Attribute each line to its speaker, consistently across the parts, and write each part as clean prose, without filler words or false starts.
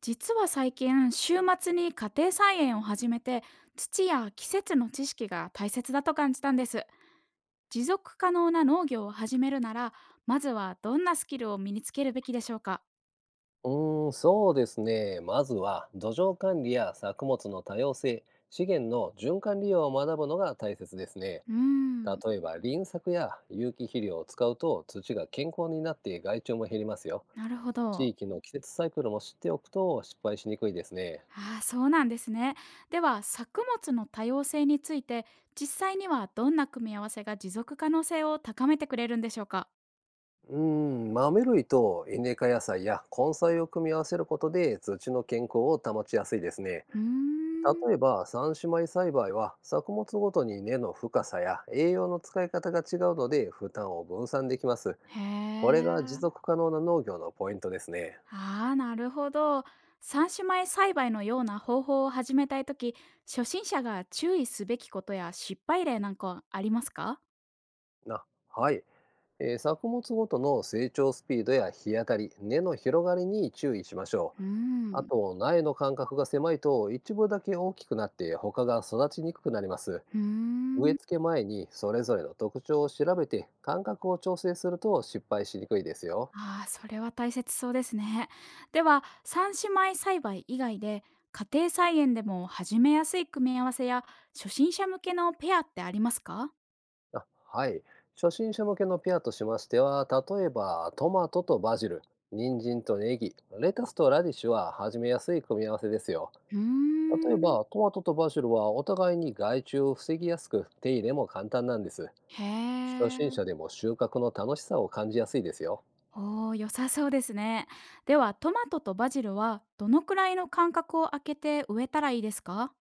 Speaker 1: 実は最近週末に家庭菜園を始めて、土や季節の知識が大切だと感じたんです。持続可能な農業を始めるなら、まずはどんなスキルを身につけるべきでしょうか？
Speaker 2: うそうですね。まずは土壌管理や作物の多様性、資源の循環利用を学ぶのが大切ですね。
Speaker 1: うーん。
Speaker 2: 例えば林作や有機肥料を使うと土が健康になって害虫も減りますよ。
Speaker 1: なるほ
Speaker 2: 地
Speaker 1: ど。
Speaker 2: 域の季節サイクルも知っておくと失敗しにくいですね。
Speaker 1: ああー、そうなんですね。では、作物の多様性について、実際にはどんな組み合わせが持続可能性を高めてくれるんでしょうか？
Speaker 2: 豆類とイネ科野菜や根菜を組み合わせることで土の健康を保ちやすいですね。
Speaker 1: うーん。
Speaker 2: 例えば三姉妹栽培は作物ごとに根の深さや栄養の使い方が違うので負担を分散できます。
Speaker 1: へえ。
Speaker 2: これが持続可能な農業のポイントですね。
Speaker 1: ああ、なるほど。三姉妹栽培のような方法を始めたいとき、初心者が注意すべきことや失敗例なんかはありますか？
Speaker 2: あ、はい。作物ごとの成長スピードや日当たり、根の広がりに注意しましょう。
Speaker 1: うー
Speaker 2: あ
Speaker 1: ん。
Speaker 2: と、苗の間隔が狭いと一部だけ大きくなって他が育ちにくくなります。
Speaker 1: うー
Speaker 2: 植え
Speaker 1: ん。
Speaker 2: 付け前にそれぞれの特徴を調べて間隔を調整すると失敗しにくいですよ。
Speaker 1: ああ、それは大切そうですね。では、三姉妹栽培以外で、家庭菜園でも始めやすい組み合わせや、初心者向けのペアってありますか？
Speaker 2: あ、はい。初心者向けのピアとしましては、例えばトマトとバジル、人参とネギ、レタスとラディッシュは始めやすい組み合わせですよ。
Speaker 1: うー
Speaker 2: 例え
Speaker 1: ん。
Speaker 2: ばトマトとバジルはお互いに害虫を防ぎやすく、手入れも簡単なんです。
Speaker 1: へ
Speaker 2: 初心
Speaker 1: え。
Speaker 2: 者でも収穫の楽しさを感じやすいですよ。
Speaker 1: おー、良さそうですね。では、トマトとバジルはどのくらいの間隔を空けて植えたらいいですか？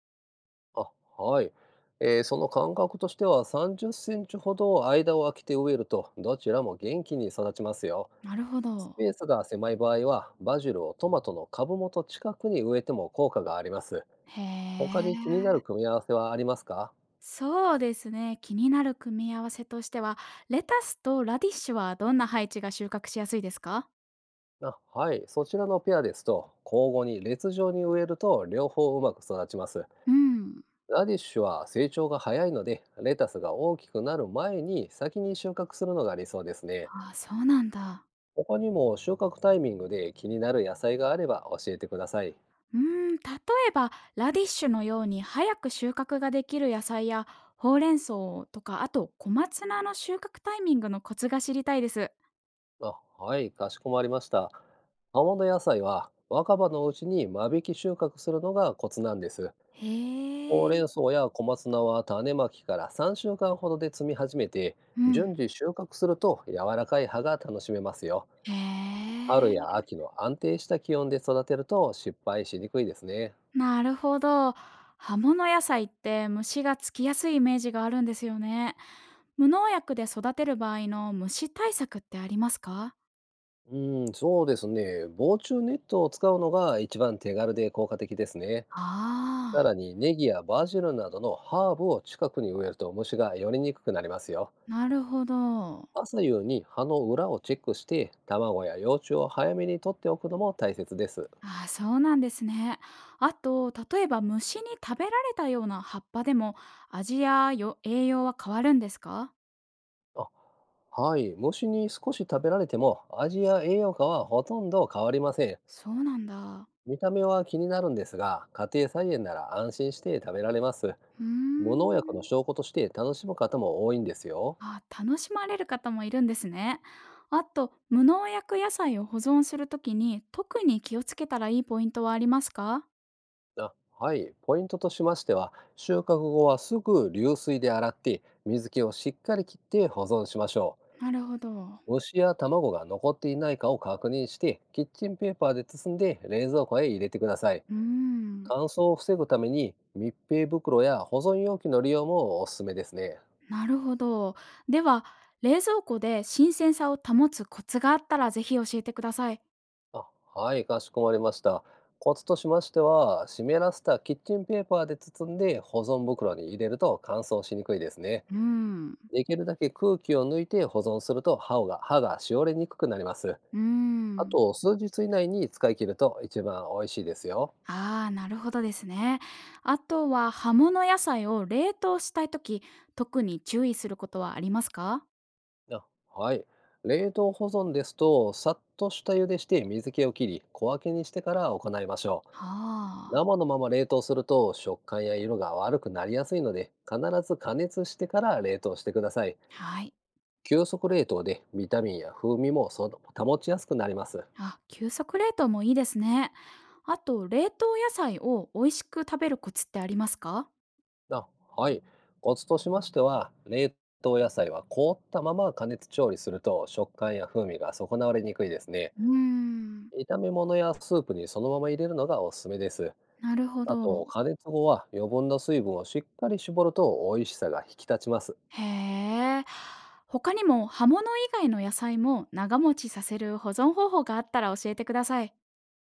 Speaker 2: あ、はい。その間隔としては30センチほど間を空けて植えるとどちらも元気に育ちますよ。
Speaker 1: なるほ
Speaker 2: ス
Speaker 1: ど。
Speaker 2: ペースが狭い場合は、バジルをトマトの株元近くに植えても効果があります。
Speaker 1: へ
Speaker 2: 他に気になる
Speaker 1: え。
Speaker 2: 組み合わせはありますか？
Speaker 1: そうですね。気になる組み合わせとしては、レタスとラディッシュはどんな配置が収穫しやすいですか？
Speaker 2: あ、はい。そちらのペアですと、交互に列状に植えると両方うまく育ちます。
Speaker 1: うん。
Speaker 2: ラディッシュは成長が早いので、レタスが大きくなる前に先に収穫するのが理想ですね。
Speaker 1: あ、そうなんだ。
Speaker 2: 他にも収穫タイミングで気になる野菜があれば教えてください。
Speaker 1: 例えば、ラディッシュのように早く収穫ができる野菜や、ほうれん草とか、あと小松菜の収穫タイミングのコツが知りたいです。
Speaker 2: あ、はい、かしこまりました。葉物野菜は若葉のうちに間引き収穫するのがコツなんです。ほう
Speaker 1: へ
Speaker 2: れ
Speaker 1: え。
Speaker 2: ん草や小松菜は種まきから3週間ほどで摘み始めて、
Speaker 1: うん。
Speaker 2: 順次収穫すると柔らかい葉が楽しめますよ。
Speaker 1: へ
Speaker 2: 春や
Speaker 1: え、
Speaker 2: 秋の安定した気温で育てると失敗しにくいですね。
Speaker 1: なるほど。葉物野菜って虫がつきやすいイメージがあるんですよね。無農薬で育てる場合の虫対策ってありますか？
Speaker 2: うん、そうですね。防虫ネットを使うのが一番手軽で効果的ですね。さ
Speaker 1: ああ
Speaker 2: らにネギやバジルなどのハーブを近くに植えると虫が寄りにくくなりますよ。
Speaker 1: ー、なるほど。
Speaker 2: 朝夕に葉の裏をチェックして卵や幼虫を早めに取っておくのも大切です。
Speaker 1: あー、そうなんですね。あと、例えば虫に食べられたような葉っぱでも、味やよ栄養は変わるんですか？
Speaker 2: あ、はい。虫に少し食べられても味や栄養価はほとんど変わりません。
Speaker 1: そうなんだ。
Speaker 2: 見た目は気になるんですが、家庭菜園なら安心して食べられます。
Speaker 1: うー
Speaker 2: 無農薬の
Speaker 1: ん。
Speaker 2: 証拠として楽しむ方も多いんですよ。
Speaker 1: あ、楽しまれる方もいるんですね。あと、無農薬野菜を保存するときに特に気をつけたらいいポイントはありますか？
Speaker 2: あ、はい。ポイントとしましては、収穫後はすぐ流水で洗って水気をしっかり切って保存しましょう。
Speaker 1: なるほど。
Speaker 2: 虫や卵が残っていないかを確認して、キッチンペーパーで包んで冷蔵庫へ入れてください。
Speaker 1: うーん、
Speaker 2: 乾燥を防ぐために密閉袋や保存容器の利用もおすすめですね。
Speaker 1: なるほど。では、冷蔵庫で新鮮さを保つコツがあったらぜひ教えてください。
Speaker 2: あ、はい、かしこまりました。コツとしましては、湿らせたキッチンペーパーで包んで保存袋に入れると乾燥しにくいですね。
Speaker 1: うーん。
Speaker 2: できるだけ空気を抜いて保存すると、歯がしおれにくくなります。
Speaker 1: うー
Speaker 2: あ
Speaker 1: ん。
Speaker 2: と、数日以内に使い切ると一番美味しいですよ。
Speaker 1: ああ、なるほどですね。あとは、葉物野菜を冷凍したいとき、特に注意することはありますか？
Speaker 2: あ、はい。冷凍保存ですと、さっと下茹でして水気を切り、小分けにしてから行いましょう。
Speaker 1: ああ
Speaker 2: 生のまま冷凍すると食感や色が悪くなりやすいので、必ず加熱してから冷凍してください。
Speaker 1: ー、はい。
Speaker 2: 急速冷凍でビタミンや風味も保ちやすくなります。
Speaker 1: あ、急速冷凍もいいですね。あと、冷凍野菜を美味しく食べるコツってありますか？
Speaker 2: あ、はい。コツとしましては、冷凍野菜は凍ったまま加熱調理すると食感や風味が損なわれにくいですね。
Speaker 1: うーん、
Speaker 2: 炒め物やスープにそのまま入れるのがおすすめです。
Speaker 1: なるほ
Speaker 2: あと、
Speaker 1: ど。
Speaker 2: 加熱後は余分な水分をしっかり絞ると美味しさが引き立ちます。
Speaker 1: へえ。他にも葉物以外の野菜も長持ちさせる保存方法があったら教えてください。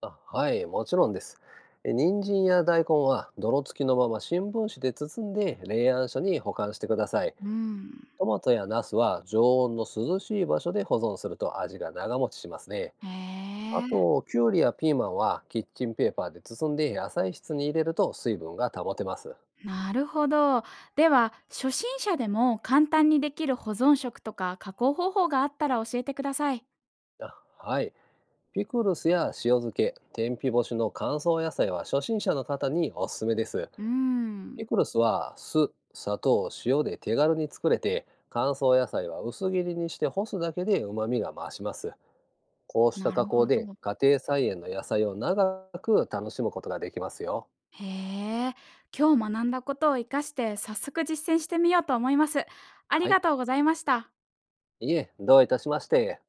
Speaker 2: あ、はい、もちろんです。人参や大根は泥付きのまま新聞紙で包んで冷暗所に保管してください。
Speaker 1: うん。
Speaker 2: トマトやナスは常温の涼しい場所で保存すると味が長持ちしますね。
Speaker 1: へ
Speaker 2: あ
Speaker 1: え、
Speaker 2: と、キュウリやピーマンはキッチンペーパーで包んで野菜室に入れると水分が保てます。
Speaker 1: なるほど。では、初心者でも簡単にできる保存食とか加工方法があったら教えてください。
Speaker 2: あ、はい。ピクルスや塩漬け、天日干しの乾燥野菜は初心者の方におすすめです。
Speaker 1: う
Speaker 2: ピ
Speaker 1: ん、
Speaker 2: クルスは酢、砂糖、塩で手軽に作れて、乾燥野菜は薄切りにして干すだけで旨味が増します。こうした
Speaker 1: な
Speaker 2: 加
Speaker 1: る
Speaker 2: 工
Speaker 1: ほ
Speaker 2: で
Speaker 1: ど。
Speaker 2: 家庭菜園の野菜を長く楽しむことができますよ。
Speaker 1: へえ、今日学んだことを活かして早速実践してみようと思います。あり
Speaker 2: はい。
Speaker 1: がとうございました。
Speaker 2: いえ、どういたしまして。